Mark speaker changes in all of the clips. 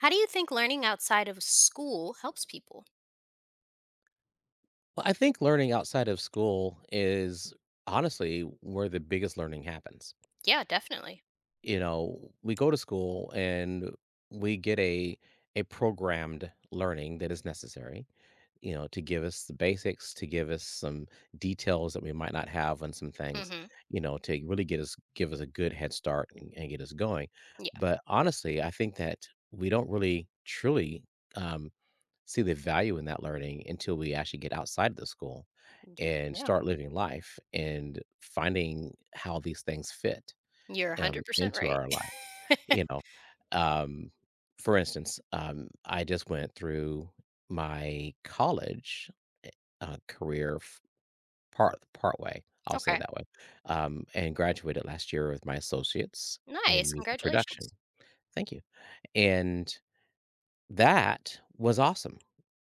Speaker 1: How do you think learning outside of school helps people?
Speaker 2: Well, I think learning outside of school is honestly where the biggest learning happens.
Speaker 1: Yeah, definitely.
Speaker 2: You know, we go to school and we get a programmed learning that is necessary, you know, to give us the basics, to give us some details that we might not have on some things,
Speaker 1: Mhm.
Speaker 2: you know, to really get us give us a good head start and get us going.
Speaker 1: Yeah.
Speaker 2: But honestly, I think that we don't really truly um, see the value in that learning until we actually get outside of the school
Speaker 1: Y
Speaker 2: and
Speaker 1: yeah.
Speaker 2: start living life and finding how these things fit
Speaker 1: You're 100%
Speaker 2: into
Speaker 1: right.
Speaker 2: our life. You know, um, for instance, I just went through my college eh, career part way. I'll say it
Speaker 1: Okay.
Speaker 2: that way, and graduated last year with my associates
Speaker 1: Nice,
Speaker 2: in music production.
Speaker 1: congratulations.
Speaker 2: Thank you. And that was awesome.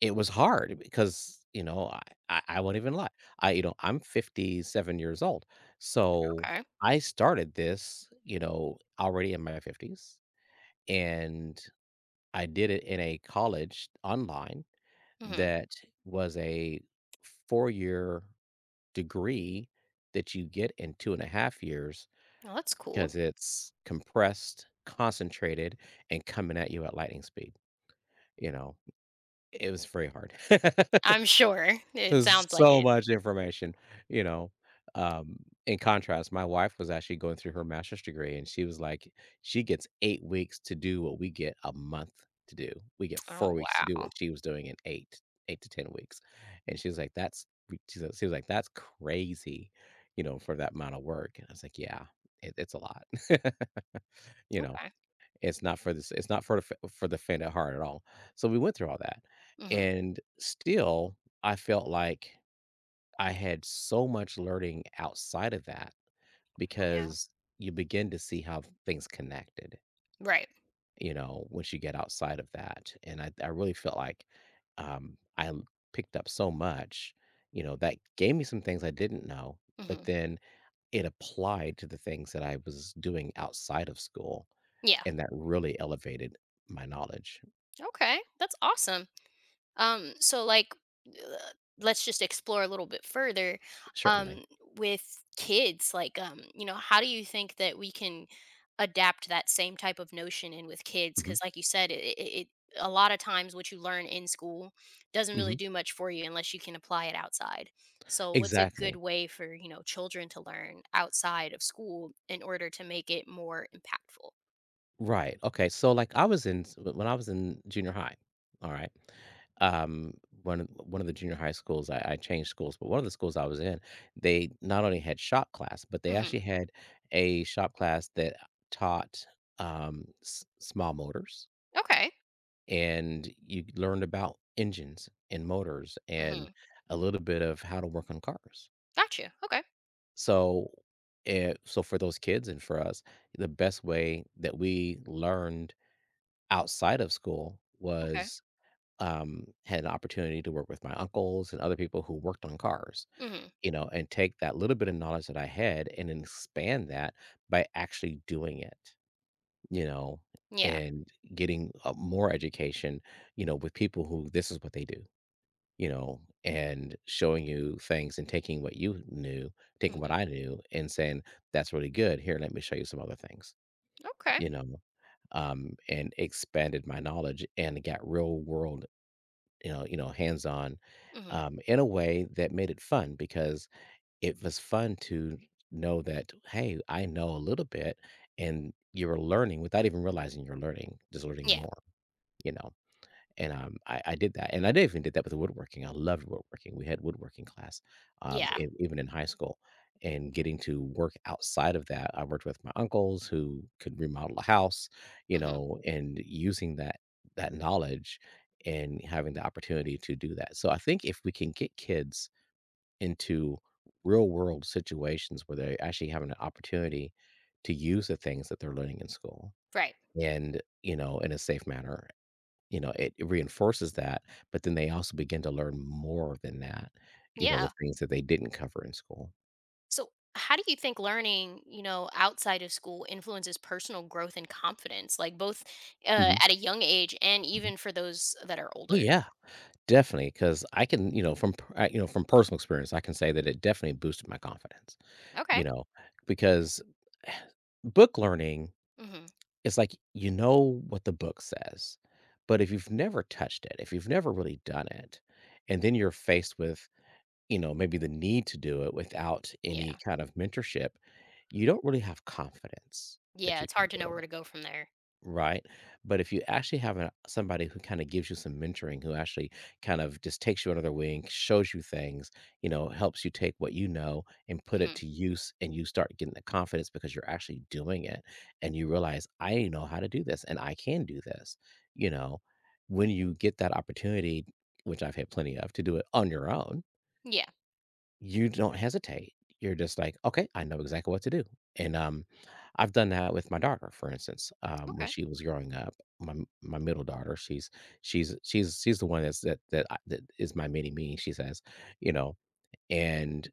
Speaker 2: It was hard because, you know, I won't even lie. I, you know, I'm 57 years old. So,
Speaker 1: Okay.
Speaker 2: I started this, you know, already in my 50s, and I did it in a college online
Speaker 1: Mhm.
Speaker 2: that was a four-year degree that you get in 2 and a half years
Speaker 1: Well, that's cool.
Speaker 2: because it's compressed, concentrated, and coming at you at lightning speed, you know? It was very hard.
Speaker 1: I'm sure. It
Speaker 2: There's
Speaker 1: sounds like
Speaker 2: so
Speaker 1: it.
Speaker 2: much information, you know? Um, in contrast, my wife was actually going through her master's degree, and she was like, she gets 8 weeks to do what we get a month to do. We get
Speaker 1: Oh,
Speaker 2: 4 weeks to do
Speaker 1: wow.
Speaker 2: what she was doing in 8 to 10 weeks, and she was like, "That's" re she was like, "That's crazy," you know, for that amount of work, and I was like, "Yeah, it's a lot," you know?
Speaker 1: Okay.
Speaker 2: It's not for this. It's not for the for the faint at heart at all. So we went through all that,
Speaker 1: Mhm.
Speaker 2: and still, I felt like I had so much learning outside of that
Speaker 1: Yeah.
Speaker 2: because you begin to see how things connected.
Speaker 1: Right.
Speaker 2: You know, once you get outside of that, and I really felt like um, I l- picked up so much. You know, that gave me some things I didn't know, but
Speaker 1: Mhm.
Speaker 2: then it applied to the things that I was doing outside of school,
Speaker 1: Yeah.
Speaker 2: and that really elevated my knowledge.
Speaker 1: Okay. That's awesome. So like, uh, let's just explore a little bit further.
Speaker 2: Certainly.
Speaker 1: Um, with kids, like, you know, how do you think that we can adapt that same type of notion in with kids?
Speaker 2: Mhm,
Speaker 1: Because, like you said, it a lot of times what you learn in school doesn't really
Speaker 2: mhm.
Speaker 1: do much for you unless you can apply it outside. So, what's a good
Speaker 2: Exactly.
Speaker 1: way for children to learn outside of school in order to make it more impactful?
Speaker 2: Right. Okay, so, like, I was in s when I was in junior high, alright? Um, one of the junior high schools I changed schools, but one of the schools I was in, they not only had shop class, but they
Speaker 1: Mm-hmm.
Speaker 2: actually had a shop class that taught, s small motors,
Speaker 1: Okay.
Speaker 2: and you learned about engines and motors
Speaker 1: Mm-hmm.
Speaker 2: and a little bit of how to work on cars.
Speaker 1: Gotcha. Okay.
Speaker 2: So, so for those kids and for us, the best way that we learned outside of school
Speaker 1: Okay.
Speaker 2: was had an opportunity to work with my uncles and other people who worked on cars,
Speaker 1: Mm-hmm.
Speaker 2: you know, and take that little bit of knowledge that I had and then expand that by actually doing it, you know,
Speaker 1: Yeah.
Speaker 2: and getting more education, you know, with people who this is what they do, you know, and showing you things and taking what you knew, taking what I knew and saying, that's really good. Here, let me show you some other things,
Speaker 1: Okay.
Speaker 2: you know, and expanded my knowledge and got real world, you know, hands on
Speaker 1: Hmm.
Speaker 2: in a way that made it fun because it was fun to know that, hey, I know a little bit, and you were learning without even realizing you're learning, just learning
Speaker 1: Yeah.
Speaker 2: more, you know. And, I did that, and I did even did that with the woodworking. I loved woodworking. We had woodworking class,
Speaker 1: Yeah.
Speaker 2: e even in high school, and getting to work outside of that, I worked with my uncles who could remodel a house, you
Speaker 1: Hmm.
Speaker 2: know, and using that knowledge and having the opportunity to do that. So I think if we can get kids into real world situations where they're actually having an opportunity to use the things that they're learning in school
Speaker 1: Right.
Speaker 2: and, you know, in a safe manner, you know, it reinforces that, but then they also begin to learn more than that, you know, the
Speaker 1: Yeah.
Speaker 2: things that they didn't cover in school.
Speaker 1: So, how do you think learning, outside of school influences personal growth and confidence, like both
Speaker 2: Mhm,
Speaker 1: at a young age and
Speaker 2: mhm.
Speaker 1: even for those that are
Speaker 2: Oh,
Speaker 1: older?
Speaker 2: yeah, definitely. Because I can, you know, from per you know, from personal experience, I can say that it definitely boosted my confidence,
Speaker 1: Okay.
Speaker 2: you know, because book learning
Speaker 1: Hmm.
Speaker 2: is like, you know what the book says, but if you've never touched it, if you've never really done it, and then you're faced with, you know, maybe the need to do it without any
Speaker 1: Yeah.
Speaker 2: kind of mentorship, you don't really have confidence that
Speaker 1: Yeah.
Speaker 2: you
Speaker 1: It's
Speaker 2: can
Speaker 1: hard to
Speaker 2: do
Speaker 1: know where
Speaker 2: it,
Speaker 1: to go from there.
Speaker 2: right? But if you actually have a, somebody who kind of gives you some mentoring, who actually kind of just takes you under their wing, shows you things, you know, helps you take what you know and put it
Speaker 1: Hmm.
Speaker 2: to use, and you start getting the confidence because you're actually doing it, and you realize I know how to do this and I can do this, you know. When you get that opportunity, which I've had plenty of, to do it on your own,
Speaker 1: Yeah.
Speaker 2: you don't hesitate. You're just like, "Okay, I know exactly what to do." And, I've done that with my daughter, for instance, when
Speaker 1: Okay.
Speaker 2: she was growing up, my middle daughter, she's she's the one that's that that I that is my mini me, she says, you know, and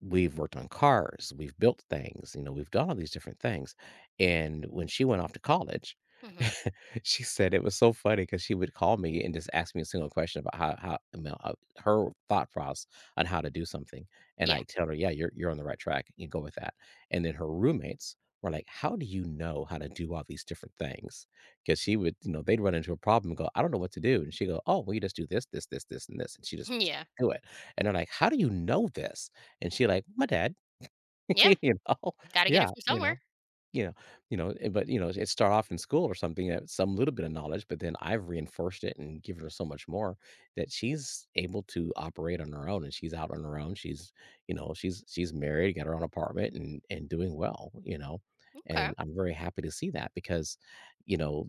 Speaker 2: we've worked on cars, we've built things, you know, we've done all these different things, and when she went off to college,
Speaker 1: Hmm.
Speaker 2: she said it was so funny because she would call me and just ask me a single question about her thought process on how to do something, and
Speaker 1: Yeah.
Speaker 2: I tell her, "Yeah, you're on the right track, you go with that," and then her roommates were like, "How do you know how to do all these different things?" Because she would, you know, they'd run into a problem and go, "I don't know what to do," and she go, "Oh, well, you just do this, this, this, this, and this," and she just
Speaker 1: Yeah.
Speaker 2: do it, and they're like, "How do you know this?" And she like, "My dad,"
Speaker 1: Yeah.
Speaker 2: you know?
Speaker 1: Got to get
Speaker 2: Yeah,
Speaker 1: it from
Speaker 2: you
Speaker 1: somewhere.
Speaker 2: know? You know but, you know, it start off in school or something at some little bit of knowledge, but then I've reinforced it and given her so much more that she's able to operate on her own, and she's out on her own, she's you know, she's married, got her own apartment, and doing well, you know?
Speaker 1: Okay.
Speaker 2: And I'm very happy to see that because, you know,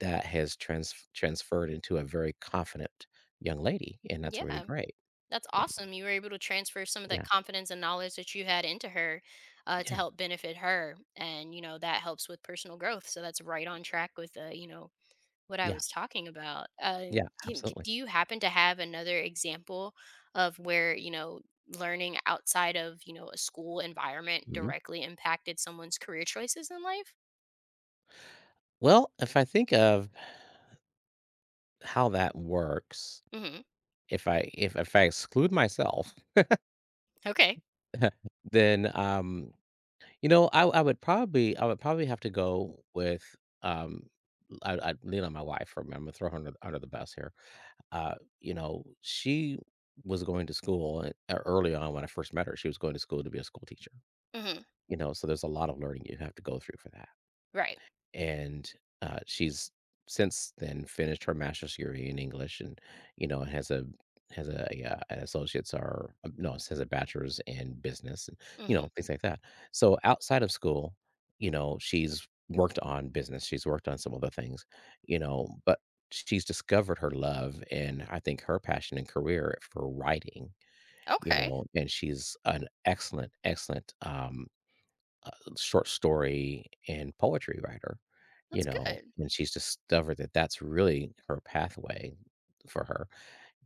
Speaker 2: that has transferred into a very confident young lady, and that's really
Speaker 1: Yeah.
Speaker 2: great,
Speaker 1: That's
Speaker 2: you know?
Speaker 1: awesome. You were able to transfer some of that
Speaker 2: Yeah,
Speaker 1: confidence and knowledge that you had into her to
Speaker 2: yeah,
Speaker 1: help benefit her. And, that helps with personal growth. So that's right on track with, what I
Speaker 2: yeah,
Speaker 1: was talking about.
Speaker 2: yeah, absolutely.
Speaker 1: Do you happen to have another example of where, learning outside of, a school environment
Speaker 2: Mhm.
Speaker 1: directly impacted someone's career choices in life?
Speaker 2: Well, if I think of how that works,
Speaker 1: Hmm.
Speaker 2: if I exclude myself,
Speaker 1: Okay.
Speaker 2: then, you know, I would probably have to go with, um I'd lean on my wife for a minute, I'm gonna throw her under the bus here. Uh, you know, she was going to school, early on when I first met her, she was going to school to be a school teacher,
Speaker 1: Hmm.
Speaker 2: you know, so there's a lot of learning you have to go through for that.
Speaker 1: Right.
Speaker 2: And she's since then finished her master's degree in English, and you know has a, an associate's or no, it has a bachelor's in business, and you
Speaker 1: Hmm.
Speaker 2: know things like that. So outside of school, you know she's worked on business, she's worked on some other things, you know, but she's discovered her love and I think her passion and career for writing, you
Speaker 1: Okay.
Speaker 2: know, and she's an excellent, excellent uh, short story and poetry writer, you
Speaker 1: That's
Speaker 2: know,
Speaker 1: good.
Speaker 2: and she's discovered that that's really her pathway for her.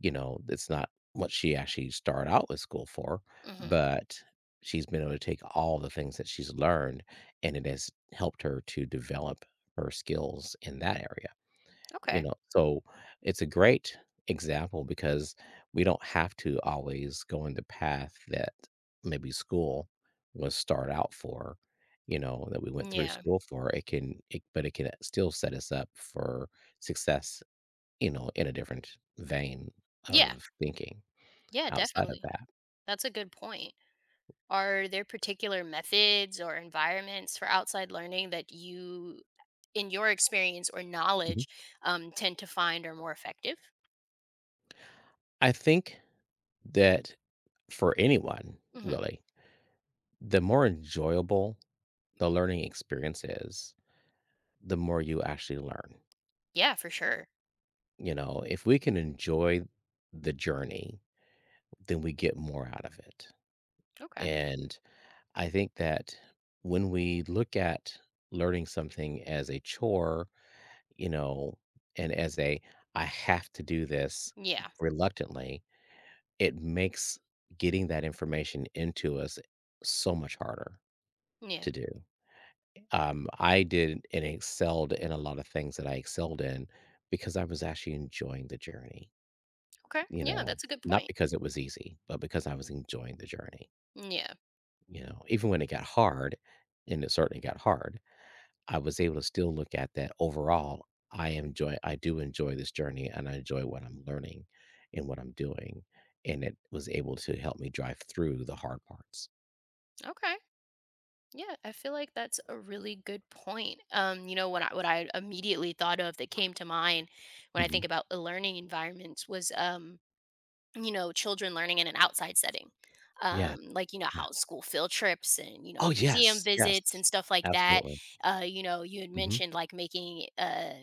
Speaker 2: You know, it's not what she actually started out with school for,
Speaker 1: Hmm.
Speaker 2: but she's been able to take all the things that she's learned, and it has helped her to develop her skills in that area. You
Speaker 1: Okay.
Speaker 2: know, so it's a great example because we don't have to always go in the path that maybe school was start out for, you know, that we went through
Speaker 1: Yeah.
Speaker 2: school for. It can it but it can still set us up for success, you know, in a different vein
Speaker 1: Yeah.
Speaker 2: of thinking
Speaker 1: Yeah,
Speaker 2: outside of
Speaker 1: definitely.
Speaker 2: that.
Speaker 1: That's a good point. Are there particular methods or environments for outside learning that you, in your experience or
Speaker 2: Mhm.
Speaker 1: knowledge, tend to find are more effective?
Speaker 2: I think that for anyone,
Speaker 1: Hmm.
Speaker 2: really, the more enjoyable the learning experience is, the more you actually learn.
Speaker 1: Yeah, for sure.
Speaker 2: You know, if we can enjoy the journey, then we get more out of it.
Speaker 1: Okay.
Speaker 2: And I think that when we look at learning something as a chore, you know, and as a, I have to do this
Speaker 1: Yeah.
Speaker 2: reluctantly, it makes getting that information into us so much harder
Speaker 1: Yeah.
Speaker 2: to do. I did and excelled in a lot of things that I excelled in because I was actually enjoying the journey.
Speaker 1: Okay.
Speaker 2: You
Speaker 1: Yeah,
Speaker 2: know,
Speaker 1: that's a good
Speaker 2: not
Speaker 1: point.
Speaker 2: because it was easy, but because I was enjoying the journey,
Speaker 1: Yeah.
Speaker 2: you know? Even when it got hard, and it certainly got hard, I was able to still look at that overall, I do enjoy this journey, and I enjoy what I'm learning and what I'm doing, and it was able to help me drive through the hard parts.
Speaker 1: Okay. Yeah, I feel like that's a really good point. What I immediately thought of that came to mind when I
Speaker 2: Mhm.
Speaker 1: think about the learning environments was children learning in an outside setting.
Speaker 2: Yeah,
Speaker 1: Like,
Speaker 2: yeah.
Speaker 1: how school field trips and,
Speaker 2: Oh,
Speaker 1: museum
Speaker 2: yes,
Speaker 1: visits
Speaker 2: yes.
Speaker 1: and stuff like that.
Speaker 2: Absolutely.
Speaker 1: You know, you had
Speaker 2: Mhm.
Speaker 1: mentioned like making,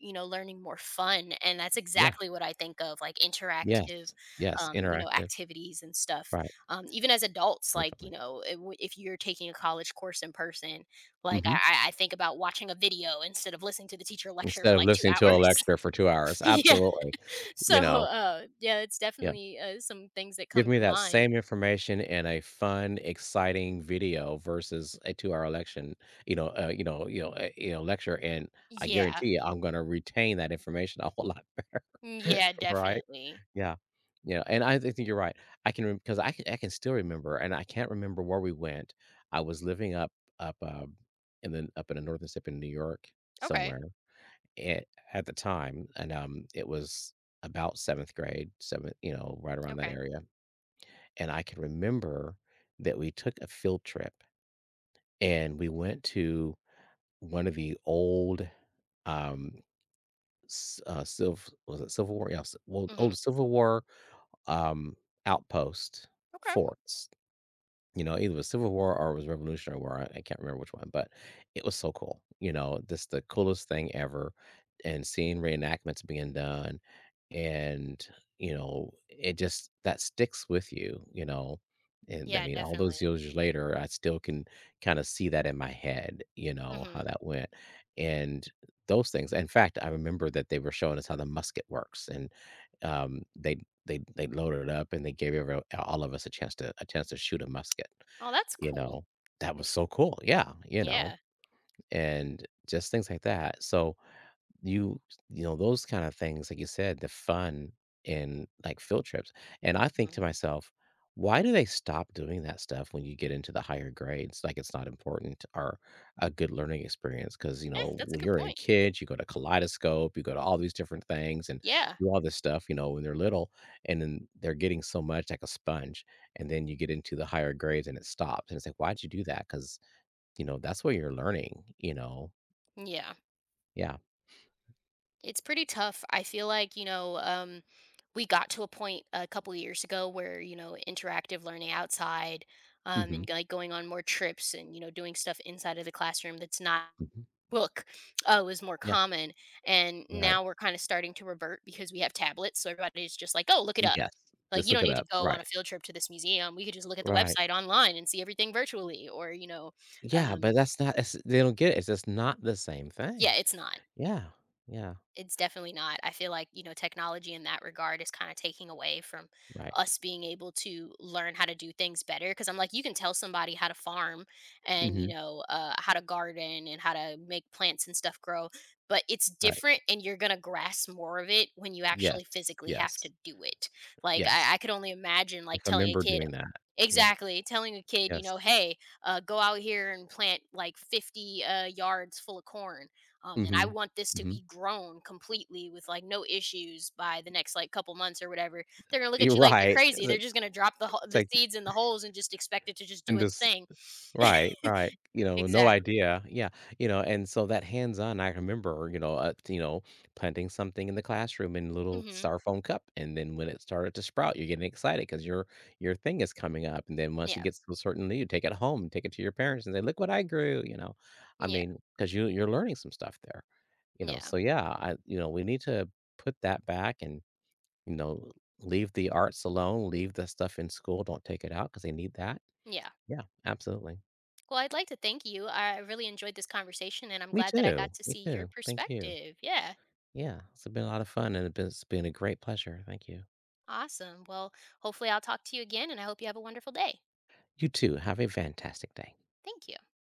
Speaker 1: learning more fun. And that's
Speaker 2: Yeah.
Speaker 1: exactly what I think of like interactive,
Speaker 2: Yes, yes, interactive.
Speaker 1: activities and stuff.
Speaker 2: Right,
Speaker 1: Even as adults, like,
Speaker 2: definitely.
Speaker 1: if you're taking a college course in person, like
Speaker 2: Mhm.
Speaker 1: I think about watching a video instead of listening to the teacher lecture for
Speaker 2: Instead of
Speaker 1: like two
Speaker 2: listening to a
Speaker 1: hours.
Speaker 2: lecture for 2 hours,
Speaker 1: Yeah.
Speaker 2: absolutely.
Speaker 1: So,
Speaker 2: You know?
Speaker 1: yeah, it's
Speaker 2: Yeah.
Speaker 1: definitely, some things that
Speaker 2: Give
Speaker 1: come
Speaker 2: me
Speaker 1: to
Speaker 2: that
Speaker 1: mind.
Speaker 2: same information in a fun, exciting video versus a two-hour election, you know, you know you know, eh, you know, lecture, and I
Speaker 1: Yeah.
Speaker 2: guarantee you I'm gonna retain that information a whole lot better,
Speaker 1: Yeah,
Speaker 2: right?
Speaker 1: definitely.
Speaker 2: Yeah. Yeah, and I think you're right. I can still remember, and I can't remember where we went. I was living up in the up in the Northern Tip in New York
Speaker 1: Okay.
Speaker 2: somewhere. It at the time, and, it was about 7th grade, 7th you know, right around that
Speaker 1: Okay.
Speaker 2: area, and I can remember that we took a field trip, and we went to one of the old, um, s Civ was it Civil War? Yeah, well,
Speaker 1: Mhm.
Speaker 2: old Civil War, um, outpost
Speaker 1: Okay.
Speaker 2: forts. You know, either it was Civil War or it was Revolutionary War, I can't remember which one, but it was so cool, you know, just the coolest thing ever, and seeing reenactments being done, and, you know, it just that sticks with you, you know, and, I
Speaker 1: Yeah,
Speaker 2: mean, all
Speaker 1: definitely.
Speaker 2: those years later, I still can kinda see that in my head, you know, how
Speaker 1: Mhm.
Speaker 2: that went, and those things in fact, I remember that they were showing us how the musket works, and, um, they they loaded it up and they gave every all of us a chance to shoot a musket,
Speaker 1: Oh, that's
Speaker 2: you
Speaker 1: cool.
Speaker 2: know? That was so cool, yeah, you know,
Speaker 1: Yeah.
Speaker 2: and just things like that, so you you know, those kind of things, like you said, the fun in, like, field trips, and I think
Speaker 1: Mhm.
Speaker 2: to myself, "Why do they stop doing that stuff when you get into the higher grades?" Like, it's not important or a good learning experience because you know,
Speaker 1: That's a
Speaker 2: when
Speaker 1: good
Speaker 2: you're a
Speaker 1: point.
Speaker 2: kid, you go to Kaleidoscope, you go to all these different things and
Speaker 1: Yeah.
Speaker 2: do all this stuff, you know, when they're little, and then they're getting so much like a sponge, and then you get into the higher grades and it stops, and it's like, "Why'd you do that? Because you know, that's where you're learning, you know?
Speaker 1: Yeah.
Speaker 2: Yeah.
Speaker 1: It's pretty tough. I feel like, we got to a point a couple of years ago where, interactive learning outside,
Speaker 2: Mhm.
Speaker 1: and, like, going on more trips and, doing stuff inside of the classroom that's not
Speaker 2: Mhm.
Speaker 1: book, was more
Speaker 2: Yeah.
Speaker 1: common, and
Speaker 2: Right.
Speaker 1: now we're kind of starting to revert because we have tablets, so everybody's just like, "Oh, look it up."
Speaker 2: Yes.
Speaker 1: Like
Speaker 2: Just
Speaker 1: you don't
Speaker 2: look it
Speaker 1: need to
Speaker 2: up.
Speaker 1: go on
Speaker 2: Right.
Speaker 1: a field trip to this museum. We could just look at the
Speaker 2: Right.
Speaker 1: website online and see everything virtually, or
Speaker 2: Yeah, but
Speaker 1: um,
Speaker 2: that's not it's they don't get it. It's just not the same
Speaker 1: yeah,
Speaker 2: thing.
Speaker 1: it's not.
Speaker 2: Yeah. Yeah.
Speaker 1: It's definitely not. I feel like, technology in that regard is kind of taking away from
Speaker 2: Right.
Speaker 1: us being able to learn how to do things better. Cause I'm like, you can tell somebody how to farm and,
Speaker 2: Mhm.
Speaker 1: how to garden and how to make plants and stuff grow, but it's
Speaker 2: Right.
Speaker 1: different and you're going to grasp more of it when you actually
Speaker 2: Yes.
Speaker 1: physically have to
Speaker 2: Yes.
Speaker 1: do it. Like,
Speaker 2: Yes.
Speaker 1: I could only imagine
Speaker 2: I
Speaker 1: like telling a
Speaker 2: remember
Speaker 1: kid,
Speaker 2: doing that. Yes.
Speaker 1: exactly, telling a kid,
Speaker 2: Yes.
Speaker 1: "Hey, go out here and plant like 50 yards full of corn, and I
Speaker 2: Mhm.
Speaker 1: want this to
Speaker 2: Mhm.
Speaker 1: be grown completely with like no issues by the next like couple months or whatever." They're gonna look at
Speaker 2: You're
Speaker 1: you like you're
Speaker 2: right.
Speaker 1: crazy. They're just gonna drop
Speaker 2: It's
Speaker 1: the
Speaker 2: like
Speaker 1: seeds in the holes and just expect it to just do
Speaker 2: and
Speaker 1: its
Speaker 2: just
Speaker 1: thing.
Speaker 2: Right, right. You know, no
Speaker 1: Exactly.
Speaker 2: idea. Yeah, you know, and so that hands-on, I remember, you know, planting something in the classroom in little
Speaker 1: Hmm.
Speaker 2: styrofoam cup, and then when it started to sprout, you're getting excited because your thing is coming up, and then once it
Speaker 1: Yeah.
Speaker 2: gets to a certain level, you take it home, take it to your parents, and say, "Look what I grew," you know? I
Speaker 1: Yeah.
Speaker 2: mean, because you you're learning some stuff there, you know?
Speaker 1: Yeah.
Speaker 2: So, yeah, I you know, we need to put that back and, you know, leave the arts alone, leave the stuff in school, don't take it out because they need that.
Speaker 1: Yeah.
Speaker 2: Yeah, absolutely.
Speaker 1: Well, I'd like to thank you. I really enjoyed this conversation, and I'm
Speaker 2: Me
Speaker 1: glad that I
Speaker 2: too.
Speaker 1: got to
Speaker 2: Me
Speaker 1: see your
Speaker 2: too. Thank you.
Speaker 1: perspective. Yeah.
Speaker 2: Yeah, it's been a lot of fun and it's been a great pleasure. Thank you.
Speaker 1: Awesome. Well, hopefully, I'll talk to you again, and I hope you have a wonderful day.
Speaker 2: You too. Have a fantastic day.
Speaker 1: Thank you.